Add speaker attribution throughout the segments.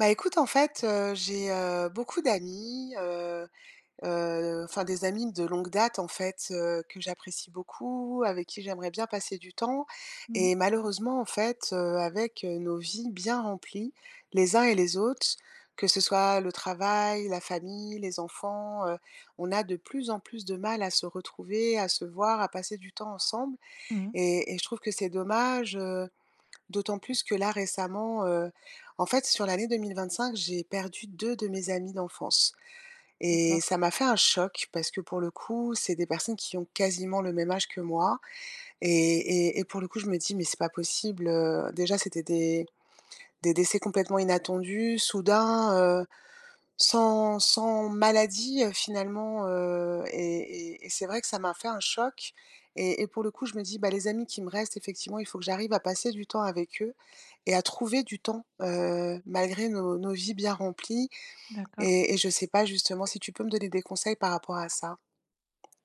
Speaker 1: Bah, écoute, en fait, j'ai, beaucoup d'amis, enfin des amis de longue date, en fait, que j'apprécie beaucoup, avec qui j'aimerais bien passer du temps
Speaker 2: Mmh.
Speaker 1: et malheureusement, en fait, avec, nos vies bien remplies, les uns et les autres, que ce soit le travail, la famille, les enfants, on a de plus en plus de mal à se retrouver, à se voir, à passer du temps ensemble
Speaker 2: Mmh.
Speaker 1: et je trouve que c'est dommage. D'autant plus que là récemment, en fait sur l'année 2025, j'ai perdu 2 de mes amis d'enfance et
Speaker 2: D'accord,
Speaker 1: ça m'a fait un choc parce que pour le coup, c'est des personnes qui ont quasiment le même âge que moi et pour le coup, je me dis: «Mais c'est pas possible», déjà c'était des décès complètement inattendus, soudains, sans maladie, finalement, et c'est vrai que ça m'a fait un choc et pour le coup, je me dis: «Bah, les amis qui me restent, effectivement, il faut que j'arrive à passer du temps avec eux et à trouver du temps, malgré nos vies bien remplies.»
Speaker 2: d'accord,
Speaker 1: Et je sais pas, justement, si tu peux me donner des conseils par rapport à ça?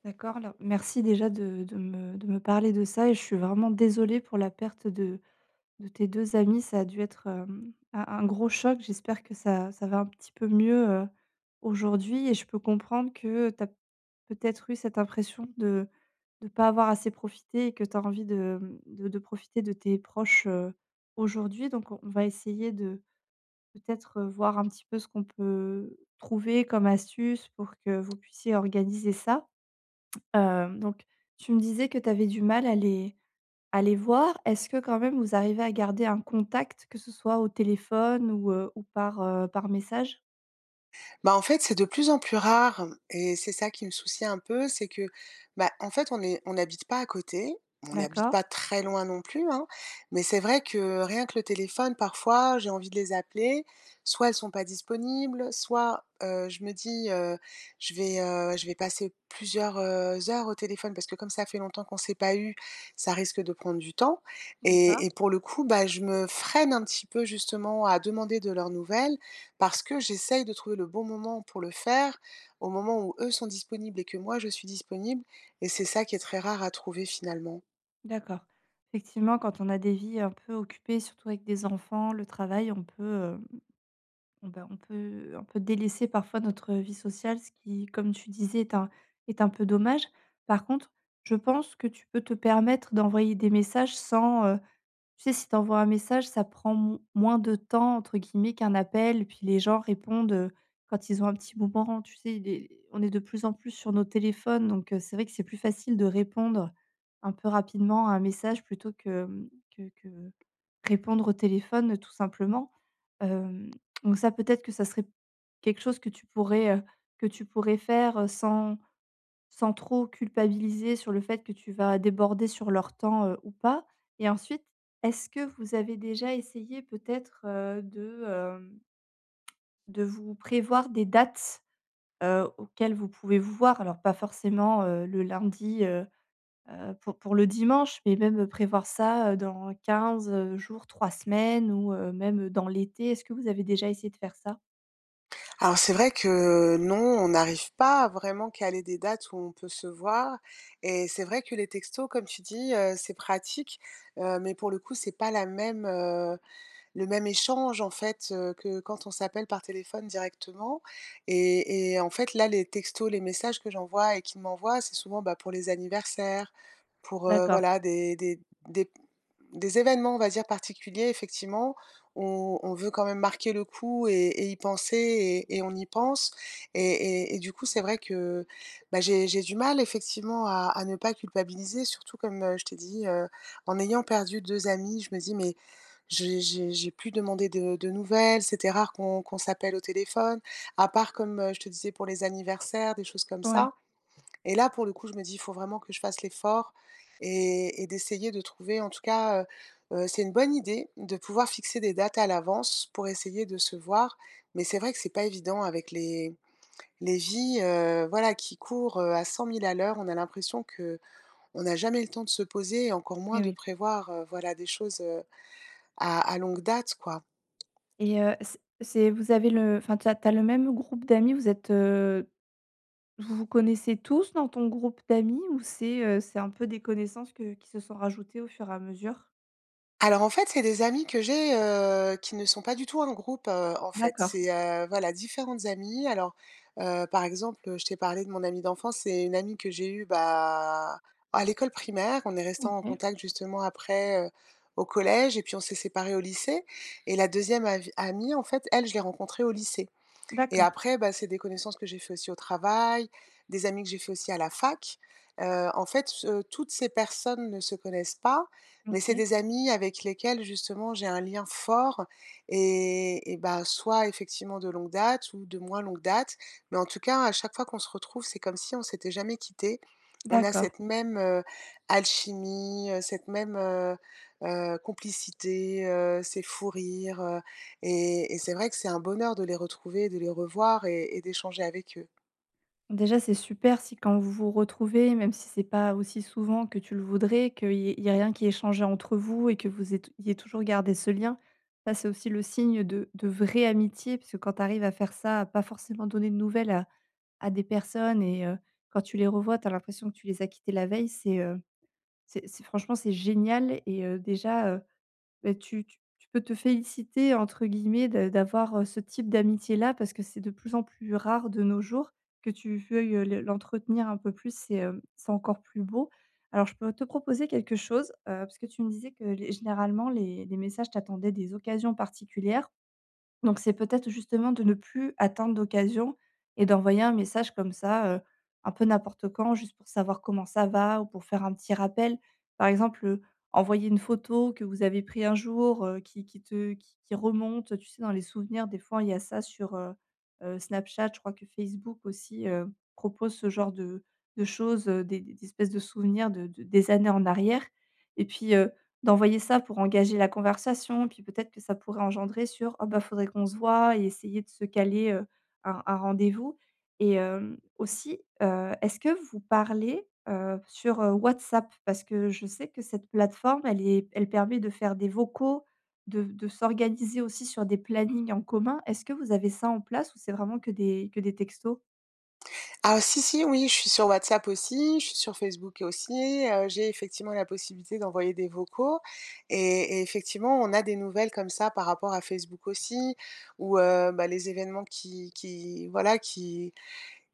Speaker 2: d'accord. Alors merci déjà de me parler de ça et je suis vraiment désolée pour la perte de tes 2 amis. Ça a dû être, un gros choc. J'espère que ça va un petit peu mieux, aujourd'hui et je peux comprendre que tu as peut-être eu cette impression de pas avoir assez profité et que tu as envie de profiter de tes proches, aujourd'hui. Donc on va essayer de peut-être, voir un petit peu ce qu'on peut trouver comme astuce pour que vous puissiez organiser ça. Donc tu me disais que tu avais du mal à les voir. Est-ce que quand même vous arrivez à garder un contact, que ce soit au téléphone ou par, par message?
Speaker 1: Bah, en fait, c'est de plus en plus rare et c'est ça qui me soucie un peu, c'est que, bah, en fait, on n'habite pas à côté, on n'habite
Speaker 2: D'accord,
Speaker 1: pas très loin non plus, hein, mais c'est vrai que rien que le téléphone, parfois, j'ai envie de les appeler, soit elles sont pas disponibles, soit, je me dis, je vais passer plusieurs, heures au téléphone parce que comme ça fait longtemps qu'on s'est pas eu, ça risque de prendre du temps et
Speaker 2: d'accord,
Speaker 1: et pour le coup, bah, je me freine un petit peu justement à demander de leurs nouvelles parce que j'essaye de trouver le bon moment pour le faire, au moment où eux sont disponibles et que moi je suis disponible et c'est ça qui est très rare à trouver finalement.
Speaker 2: d'accord. Effectivement, quand on a des vies un peu occupées, surtout avec des enfants, le travail, on peut, on bah, on peut un peu délaisser parfois notre vie sociale, ce qui, comme tu disais, est un peu dommage. Par contre, je pense que tu peux te permettre d'envoyer des messages sans, tu sais, si tu envoies un message, ça prend mo moins de temps entre guillemets qu'un appel, puis les gens répondent, quand ils ont un petit moment. Tu sais, les on est de plus en plus sur nos téléphones, donc c'est vrai que c'est plus facile de répondre un peu rapidement à un message plutôt que, mmh, que répondre au téléphone, tout simplement. Hem, donc ça, peut-être que ça serait quelque chose que tu pourrais faire, sans sans trop culpabiliser sur le fait que tu vas déborder sur leur temps, ou pas et ensuite, est-ce que vous avez déjà essayé peut-être, de vous prévoir des dates, auxquelles vous pouvez vous voir? Alors pas forcément, le lundi, pour le dimanche, mais même prévoir ça, dans 15 jours, 3 semaines ou même dans l'été. Est-ce que vous avez déjà essayé de faire ça?
Speaker 1: Alors c'est vrai que non, on n'arrive pas à vraiment caler des dates où on peut se voir et c'est vrai que les textos comme tu dis, c'est pratique, mais pour le coup c'est pas la même, le même échange, en fait, que quand on s'appelle par téléphone directement et en fait, là, les textos, les messages que j'envoie et qu'il m'envoie, c'est souvent, bah, pour les anniversaires, pour,
Speaker 2: D'accord.
Speaker 1: voilà, des des événements, on va dire, particuliers, effectivement, on veut quand même marquer le coup et y penser et on y pense et et du coup, c'est vrai que, bah, j'ai du mal effectivement à ne pas culpabiliser, surtout comme, je t'ai dit, en ayant perdu 2 amis, je me dis: «Mais j'ai plus demandé de nouvelles, c'était rare qu'on s'appelle au téléphone», à part comme, je te disais pour les anniversaires, des choses comme
Speaker 2: Ouais,
Speaker 1: ça. Et là, pour le coup, je me dis: «Il faut vraiment que je fasse l'effort» et d'essayer de trouver en tout cas, c'est une bonne idée de pouvoir fixer des dates à l'avance pour essayer de se voir. Mais c'est vrai que c'est pas évident avec les vies, voilà, qui courent, à cent mille à l'heure. On a l'impression que on n'a jamais le temps de se poser et encore moins
Speaker 2: oui,
Speaker 1: de
Speaker 2: oui.
Speaker 1: prévoir, voilà, des choses, à longue date, quoi.
Speaker 2: Et c'est vous avez le enfin, t'as as le même groupe d'amis, vous êtes, vous vous connaissez tous dans ton groupe d'amis ou c'est un peu des connaissances que qui se sont rajoutées au fur et à mesure?
Speaker 1: Alors en fait, c'est des amis que j'ai, qui ne sont pas du tout un groupe, en fait.
Speaker 2: D'accord.
Speaker 1: C'est, voilà, différentes amies. Alors, par exemple, je t'ai parlé de mon amie d'enfance, c'est une amie que j'ai eue, bah, à l'école primaire. On est restant en
Speaker 2: OK.
Speaker 1: contact justement après, au collège et puis on s'est séparés au lycée et la deuxième avi amie, en fait, elle, je l'ai rencontrée au lycée. Et
Speaker 2: D'accord.
Speaker 1: après, bah, c'est des connaissances que j'ai fait aussi au travail, des amis que j'ai fait aussi à la fac. En fait, toutes ces personnes ne se connaissent pas, mais c'est
Speaker 2: OK.
Speaker 1: des amis avec lesquels justement j'ai un lien fort et bah, soit effectivement de longue date ou de moins longue date. Mais en tout cas, à chaque fois qu'on se retrouve, c'est comme si on s'était jamais quitté. On a
Speaker 2: D'accord.
Speaker 1: cette même, alchimie, cette même, complicité, ces fous rires, et c'est vrai que c'est un bonheur de les retrouver, de les revoir et d'échanger avec eux.
Speaker 2: Déjà, c'est super si quand vous vous retrouvez, même si c'est pas aussi souvent que tu le voudrais, qu'il y ait rien qui ait changé entre vous et que vous ayez toujours gardé ce lien. Ça, c'est aussi le signe de vraie amitié, parce que quand tu arrives à faire ça, à pas forcément donner de nouvelles à des personnes et quand tu les revois, tu as l'impression que tu les as quittées la veille, franchement, c'est génial. Et déjà, beh, tu peux te «féliciter» entre guillemets de d'avoir, ce type d'amitié-là parce que c'est de plus en plus rare de nos jours. Que tu veuilles, le l'entretenir un peu plus, c'est encore plus beau. Alors je peux te proposer quelque chose, parce que tu me disais que les généralement les messages, t'attendaient des occasions particulières donc c'est peut-être justement de ne plus attendre d'occasion et d'envoyer un message comme ça, un peu n'importe quand, juste pour savoir comment ça va ou pour faire un petit rappel. Par exemple, envoyer une photo que vous avez prise un jour, qui te qui remonte, tu sais, dans les souvenirs, des fois, il y a ça sur, Snapchat. Je crois que Facebook aussi, propose ce genre de choses, des espèces de souvenirs de des années en arrière et puis, d'envoyer ça pour engager la conversation, puis peut-être que ça pourrait engendrer sur: «Oh bah, faudrait qu'on se voit» et essayer de se caler, un rendez-vous et aussi, est-ce que vous parlez, sur WhatsApp? Parce que je sais que cette plateforme, elle permet de faire des vocaux, de s'organiser aussi sur des plannings en commun. Est-ce que vous avez ça en place ou c'est vraiment que des textos?
Speaker 1: Ah si, si, oui, je suis sur WhatsApp aussi, je suis sur Facebook aussi, j'ai effectivement la possibilité d'envoyer des vocaux et effectivement, on a des nouvelles comme ça par rapport à Facebook aussi, où, bah, les événements qui voilà, qui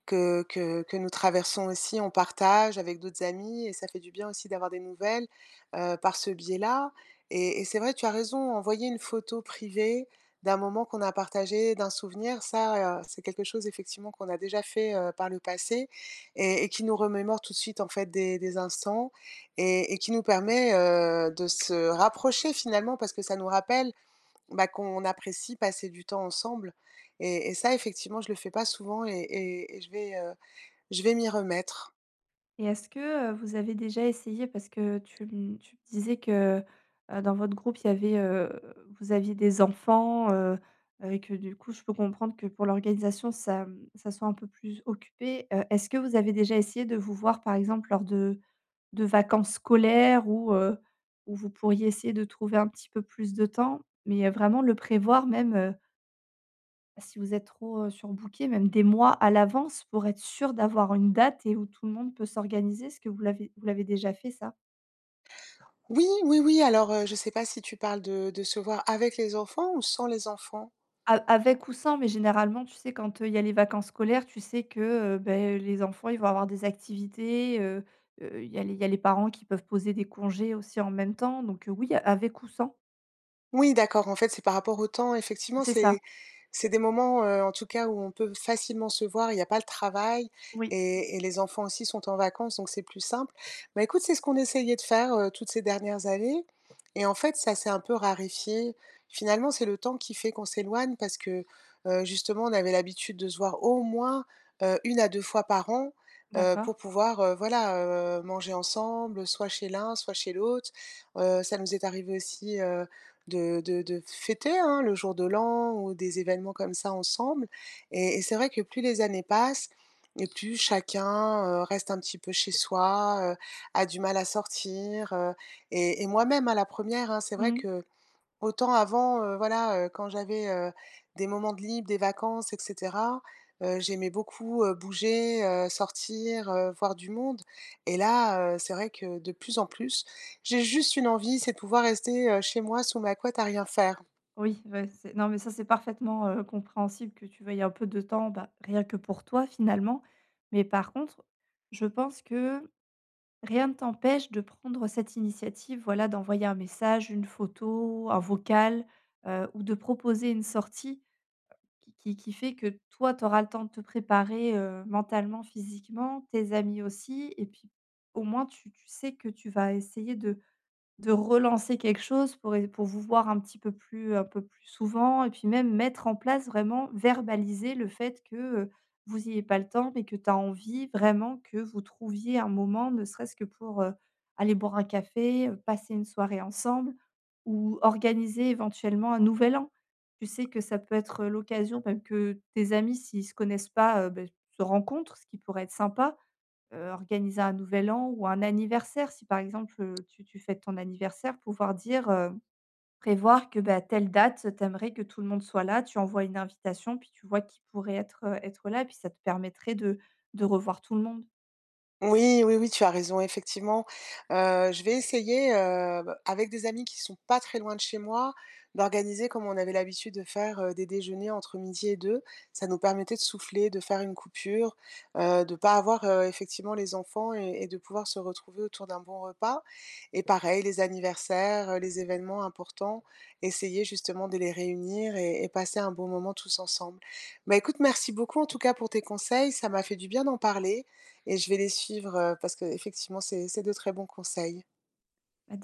Speaker 1: que nous traversons aussi, on partage avec d'autres amis et ça fait du bien aussi d'avoir des nouvelles, par ce biais-là et c'est vrai, tu as raison, envoyer une photo privée d'un moment qu'on a partagé, d'un souvenir, ça, c'est quelque chose effectivement qu'on a déjà fait, par le passé et qui nous remémore tout de suite, en fait, des instants et qui nous permet, de se rapprocher finalement parce que ça nous rappelle bah, qu'on apprécie passer du temps ensemble et ça effectivement je le fais pas souvent et je vais m'y remettre.
Speaker 2: Et est-ce que, vous avez déjà essayé parce que tu me disais que, dans votre groupe, il y avait, vous aviez des enfants, et que du coup, je peux comprendre que pour l'organisation, ça, mmh, ça soit un peu plus occupé. Est-ce que vous avez déjà essayé de vous voir, par exemple, lors de vacances scolaires ou où vous pourriez essayer de trouver un petit peu plus de temps? Mais, vraiment le prévoir même, si vous êtes trop, surbookés, même des mois à l'avance pour être sûr d'avoir une date et où tout le monde peut s'organiser. Est-ce que vous l'avez déjà fait ça?
Speaker 1: Oui, oui, oui, alors, je sais pas si tu parles de se voir avec les enfants ou sans les enfants?
Speaker 2: A avec ou sans, mais généralement, tu sais, quand, il y a les vacances scolaires, tu sais que, beh, les enfants, ils vont avoir des activités, il y a les parents qui peuvent poser des congés aussi en même temps. Donc, oui, avec ou sans.
Speaker 1: Oui, d'accord, en fait, c'est par rapport au temps. Effectivement,
Speaker 2: C'est ça?
Speaker 1: c'est des moments, en tout cas, où on peut facilement se voir. Il n'y a pas le travail
Speaker 2: Oui,
Speaker 1: et les enfants aussi sont en vacances, donc c'est plus simple. Mais écoute, c'est ce qu'on essayait de faire, toutes ces dernières années et en fait, ça s'est un peu raréfié. Finalement, c'est le temps qui fait qu'on s'éloigne parce que, justement, on avait l'habitude de se voir au moins, 1 à 2 fois par an, pour
Speaker 2: d'accord.
Speaker 1: pouvoir, voilà, manger ensemble, soit chez l'un, soit chez l'autre. Ça nous est arrivé aussi, de fêter, hein, le jour de l'an ou des événements comme ça ensemble et c'est vrai que plus les années passent et plus chacun, reste un petit peu chez soi, a du mal à sortir, et moi-même, à la première, hein, c'est vrai
Speaker 2: Mmh.
Speaker 1: que autant avant, voilà, quand j'avais, des moments de libre, des vacances et cetera, j'aimais beaucoup, bouger, sortir, voir du monde et là, c'est vrai que de plus en plus, j'ai juste une envie, c'est de pouvoir rester, chez moi sous ma couette à rien faire.
Speaker 2: Oui, ouais, c'est non, mais ça, c'est parfaitement, compréhensible que tu veuilles un peu de temps, bah, rien que pour toi, finalement. Mais par contre, je pense que rien ne t'empêche de prendre cette initiative, voilà, d'envoyer un message, une photo, un vocal, ou de proposer une sortie qui fait que toi, tu auras le temps de te préparer, mentalement, physiquement, tes amis aussi et puis, au moins, tu sais que tu vas essayer de relancer quelque chose pour é pour vous voir un petit peu plus un peu plus souvent et puis même mettre en place vraiment verbaliser le fait que, vous n'ayez pas le temps, mais que tu as envie vraiment que vous trouviez un moment, ne serait-ce que pour, aller boire un café, passer une soirée ensemble ou organiser éventuellement un nouvel an. Tu sais que ça peut être, l'occasion même que tes amis s'ils ne se connaissent pas, beh, se rencontrent, ce qui pourrait être sympa organiser un nouvel an ou un anniversaire. Si par exemple, tu fêtes ton anniversaire, pouvoir dire, prévoir que, bah, telle date, t'aimerais que tout le monde soit là. Tu envoies une invitation, puis tu vois qui pourrait être, être là, puis ça te permettrait de revoir tout le monde.
Speaker 1: Oui, oui, oui, tu as raison, effectivement. Je vais essayer, bah, avec des amis qui sont pas très loin de chez moi, d'organiser comme on avait l'habitude de faire, des déjeuners entre midi et 2. Ça nous permettait de souffler, de faire une coupure, de pas avoir, effectivement les enfants et de pouvoir se retrouver autour d'un bon repas et pareil, les anniversaires, les événements importants, essayer justement de les réunir et passer un bon moment tous ensemble. Bah, écoute, merci beaucoup en tout cas pour tes conseils, ça m'a fait du bien d'en parler et je vais les suivre, parce que effectivement c'est de très bons conseils.